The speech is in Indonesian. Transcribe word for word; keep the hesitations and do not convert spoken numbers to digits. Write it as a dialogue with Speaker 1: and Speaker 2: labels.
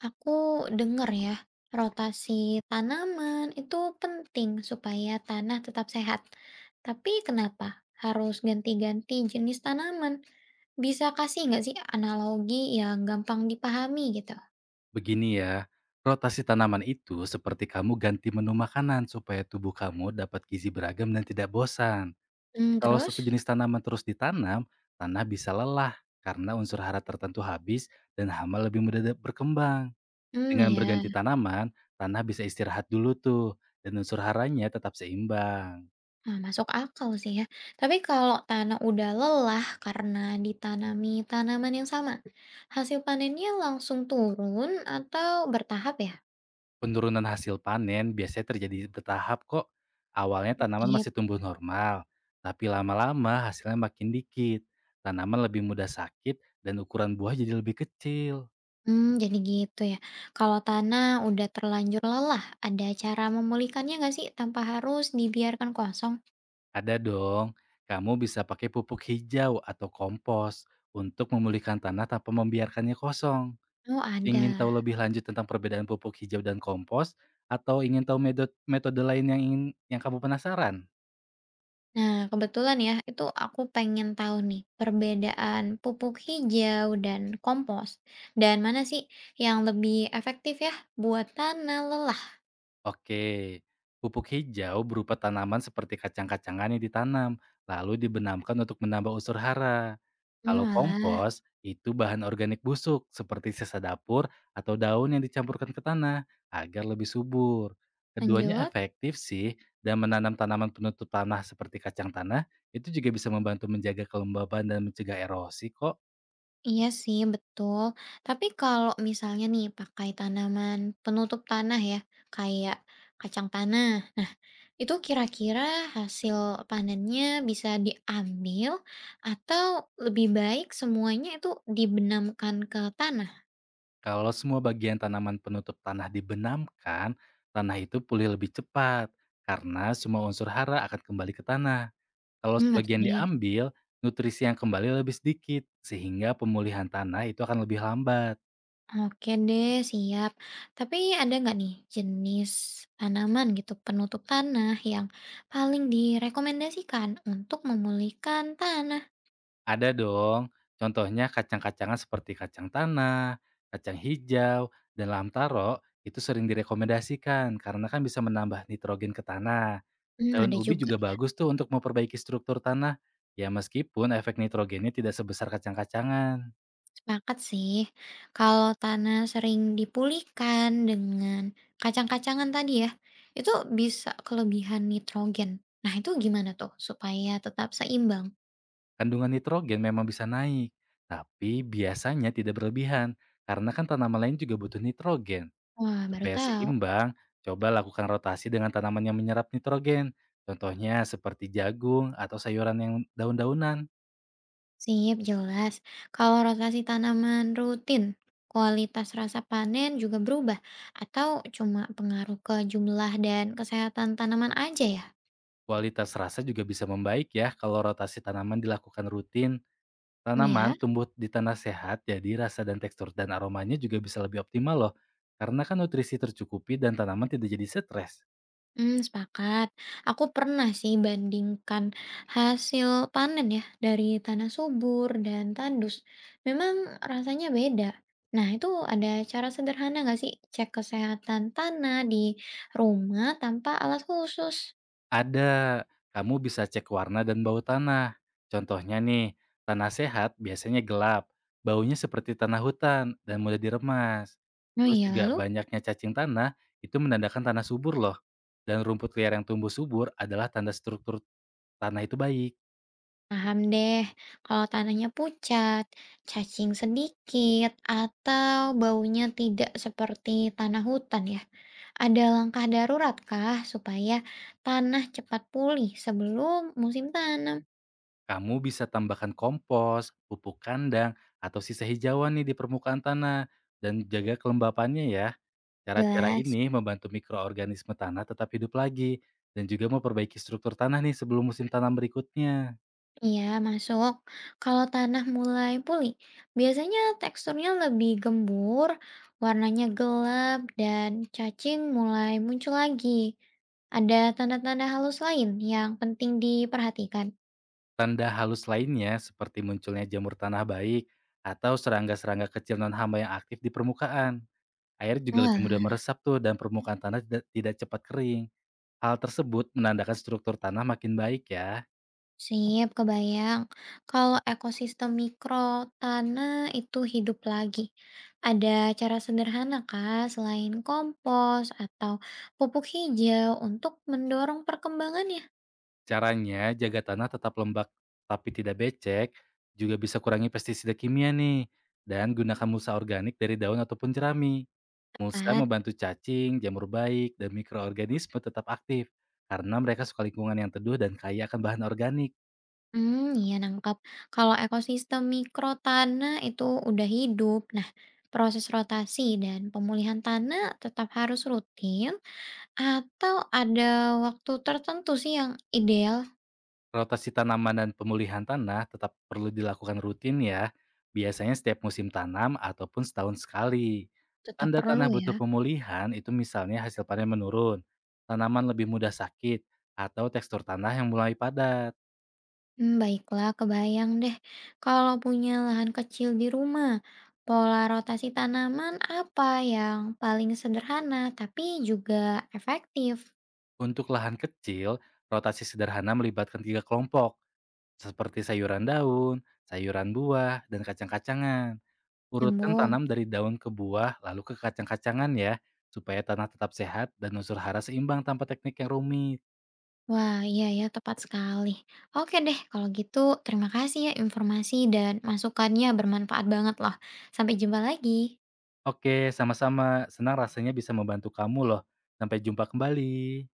Speaker 1: Aku dengar ya, rotasi tanaman itu penting supaya tanah tetap sehat. Tapi kenapa harus ganti-ganti jenis tanaman? Bisa kasih nggak sih analogi yang gampang dipahami gitu?
Speaker 2: Begini ya, rotasi tanaman itu seperti kamu ganti menu makanan supaya tubuh kamu dapat gizi beragam dan tidak bosan.
Speaker 1: Hmm,
Speaker 2: Kalau satu
Speaker 1: terus?
Speaker 2: jenis tanaman terus ditanam, tanah bisa lelah karena unsur hara tertentu habis dan hama lebih mudah de- berkembang.
Speaker 1: Hmm,
Speaker 2: Dengan
Speaker 1: ya.
Speaker 2: berganti tanaman, tanah bisa istirahat dulu tuh dan unsur haranya tetap seimbang.
Speaker 1: Nah, masuk akal sih ya. Tapi kalau tanah udah lelah karena ditanami tanaman yang sama, hasil panennya langsung turun atau bertahap ya?
Speaker 2: Penurunan hasil panen biasanya terjadi bertahap kok. Awalnya tanaman
Speaker 1: Iya.
Speaker 2: masih tumbuh normal, tapi lama-lama hasilnya makin dikit. Tanaman lebih mudah sakit dan ukuran buah jadi lebih kecil.
Speaker 1: Hmm, jadi gitu ya. Kalau tanah udah terlanjur lelah, ada cara memulihkannya nggak sih tanpa harus dibiarkan kosong?
Speaker 2: Ada dong, kamu bisa pakai pupuk hijau atau kompos untuk memulihkan tanah tanpa membiarkannya kosong.
Speaker 1: Oh,
Speaker 2: Ingin tahu
Speaker 1: ada.
Speaker 2: lebih lanjut tentang perbedaan pupuk hijau dan kompos atau ingin tahu metode, metode lain yang ingin yang kamu penasaran?
Speaker 1: Nah, kebetulan ya, itu aku pengen tahu nih perbedaan pupuk hijau dan kompos. Dan mana sih yang lebih efektif ya buat tanah lelah?
Speaker 2: Oke, pupuk hijau berupa tanaman seperti kacang-kacangan yang ditanam, lalu dibenamkan untuk menambah unsur hara. Kalau
Speaker 1: Oalah,
Speaker 2: kompos, itu bahan organik busuk seperti sisa dapur atau daun yang dicampurkan ke tanah agar lebih subur. Keduanya
Speaker 1: lanjut.
Speaker 2: efektif sih, dan menanam tanaman penutup tanah seperti kacang tanah itu juga bisa membantu menjaga kelembaban dan mencegah erosi kok.
Speaker 1: Iya sih, betul. Tapi kalau misalnya nih pakai tanaman penutup tanah ya, kayak kacang tanah. Nah, itu kira-kira hasil panennya bisa diambil atau lebih baik semuanya itu dibenamkan ke tanah?
Speaker 2: Kalau semua bagian tanaman penutup tanah dibenamkan, tanah itu pulih lebih cepat karena semua unsur hara akan kembali ke tanah. Kalau
Speaker 1: Hmm,
Speaker 2: sebagian
Speaker 1: ngerti.
Speaker 2: diambil, nutrisi yang kembali lebih sedikit sehingga pemulihan tanah itu akan lebih lambat.
Speaker 1: Oke deh, siap. Tapi ada nggak nih jenis tanaman gitu penutup tanah yang paling direkomendasikan untuk memulihkan tanah?
Speaker 2: Ada dong, contohnya kacang-kacangan seperti kacang tanah, kacang hijau, dan lam taro itu sering direkomendasikan karena kan bisa menambah nitrogen ke tanah.
Speaker 1: Hmm,
Speaker 2: Daun
Speaker 1: ada
Speaker 2: ubi
Speaker 1: juga
Speaker 2: juga
Speaker 1: ya.
Speaker 2: bagus tuh untuk memperbaiki struktur tanah. Ya meskipun efek nitrogennya tidak sebesar kacang-kacangan.
Speaker 1: Sepakat sih. Kalau tanah sering dipulihkan dengan kacang-kacangan tadi ya, itu bisa kelebihan nitrogen. Nah, itu gimana tuh supaya tetap seimbang?
Speaker 2: Kandungan nitrogen memang bisa naik, tapi biasanya tidak berlebihan karena kan tanaman lain juga butuh nitrogen.
Speaker 1: Wah, baru
Speaker 2: Supaya
Speaker 1: tahu.
Speaker 2: seimbang, coba lakukan rotasi dengan tanaman yang menyerap nitrogen. Contohnya seperti jagung atau sayuran yang daun-daunan.
Speaker 1: Sip, jelas. Kalau rotasi tanaman rutin, kualitas rasa panen juga berubah atau cuma pengaruh ke jumlah dan kesehatan tanaman aja ya?
Speaker 2: Kualitas rasa juga bisa membaik ya kalau rotasi tanaman dilakukan rutin. Tanaman
Speaker 1: Ya.
Speaker 2: tumbuh di tanah sehat, jadi rasa dan tekstur dan aromanya juga bisa lebih optimal loh. Karena kan nutrisi tercukupi dan tanaman tidak jadi stres.
Speaker 1: Hmm, sepakat. Aku pernah sih bandingkan hasil panen ya dari tanah subur dan tandus. Memang rasanya beda. Nah, itu ada cara sederhana nggak sih cek kesehatan tanah di rumah tanpa alat khusus?
Speaker 2: Ada, kamu bisa cek warna dan bau tanah. Contohnya nih, tanah sehat biasanya gelap, baunya seperti tanah hutan dan mudah diremas.
Speaker 1: Oh
Speaker 2: Terus
Speaker 1: iya,
Speaker 2: juga
Speaker 1: lalu?
Speaker 2: banyaknya cacing tanah itu menandakan tanah subur loh. Dan rumput liar yang tumbuh subur adalah tanda struktur tanah itu baik.
Speaker 1: Paham deh, kalau tanahnya pucat, cacing sedikit, atau baunya tidak seperti tanah hutan ya. Ada langkah darurat kah supaya tanah cepat pulih sebelum musim tanam?
Speaker 2: Kamu bisa tambahkan kompos, pupuk kandang, atau sisa hijauan nih di permukaan tanah dan jaga kelembapannya ya. Cara-cara
Speaker 1: Jelas.
Speaker 2: ini membantu mikroorganisme tanah tetap hidup lagi dan juga memperbaiki struktur tanah nih sebelum musim tanam berikutnya.
Speaker 1: Iya, masuk. Kalau tanah mulai pulih, biasanya teksturnya lebih gembur, warnanya gelap, dan cacing mulai muncul lagi. Ada tanda-tanda halus lain yang penting diperhatikan.
Speaker 2: Tanda halus lainnya seperti munculnya jamur tanah baik atau serangga-serangga kecil non hama yang aktif di permukaan. Air juga lebih mudah
Speaker 1: Oalah,
Speaker 2: meresap tuh dan permukaan tanah tidak tidak cepat kering. Hal tersebut menandakan struktur tanah makin baik ya.
Speaker 1: sip, kebayang. Kalau ekosistem mikro tanah itu hidup lagi, ada cara sederhana kah selain kompos atau pupuk hijau untuk mendorong perkembangannya?
Speaker 2: Caranya, jaga tanah tetap lembab tapi tidak becek, juga bisa kurangi pestisida kimia nih, dan gunakan mulsa organik dari daun ataupun jerami. Mulsa
Speaker 1: Tepat.
Speaker 2: membantu cacing, jamur baik, dan mikroorganisme tetap aktif, karena mereka suka lingkungan yang teduh dan kaya akan bahan organik.
Speaker 1: Hmm, iya nangkep. Kalau ekosistem mikro tanah itu udah hidup, nah proses rotasi dan pemulihan tanah tetap harus rutin atau ada waktu tertentu sih yang ideal
Speaker 2: Rotasi tanaman dan pemulihan tanah tetap perlu dilakukan rutin ya, biasanya setiap musim tanam ataupun setahun sekali.
Speaker 1: tetap
Speaker 2: Tanda
Speaker 1: perlu
Speaker 2: tanah butuh
Speaker 1: ya?
Speaker 2: pemulihan itu misalnya hasil panen menurun, tanaman lebih mudah sakit, atau tekstur tanah yang mulai padat.
Speaker 1: Mmm, baiklah, kebayang deh. Kalau punya lahan kecil di rumah, pola rotasi tanaman apa yang paling sederhana tapi juga efektif
Speaker 2: Untuk lahan kecil, rotasi sederhana melibatkan tiga kelompok, seperti sayuran daun, sayuran buah, dan kacang-kacangan. Urutkan
Speaker 1: nyambung?
Speaker 2: tanam dari daun ke buah, lalu ke kacang-kacangan ya, supaya tanah tetap sehat dan unsur hara seimbang tanpa teknik yang rumit.
Speaker 1: Wah, iya ya, tepat sekali. Oke deh, kalau gitu terima kasih ya informasi dan masukannya bermanfaat banget loh. Sampai jumpa lagi.
Speaker 2: Oke, sama-sama. Senang rasanya bisa membantu kamu loh. Sampai jumpa kembali.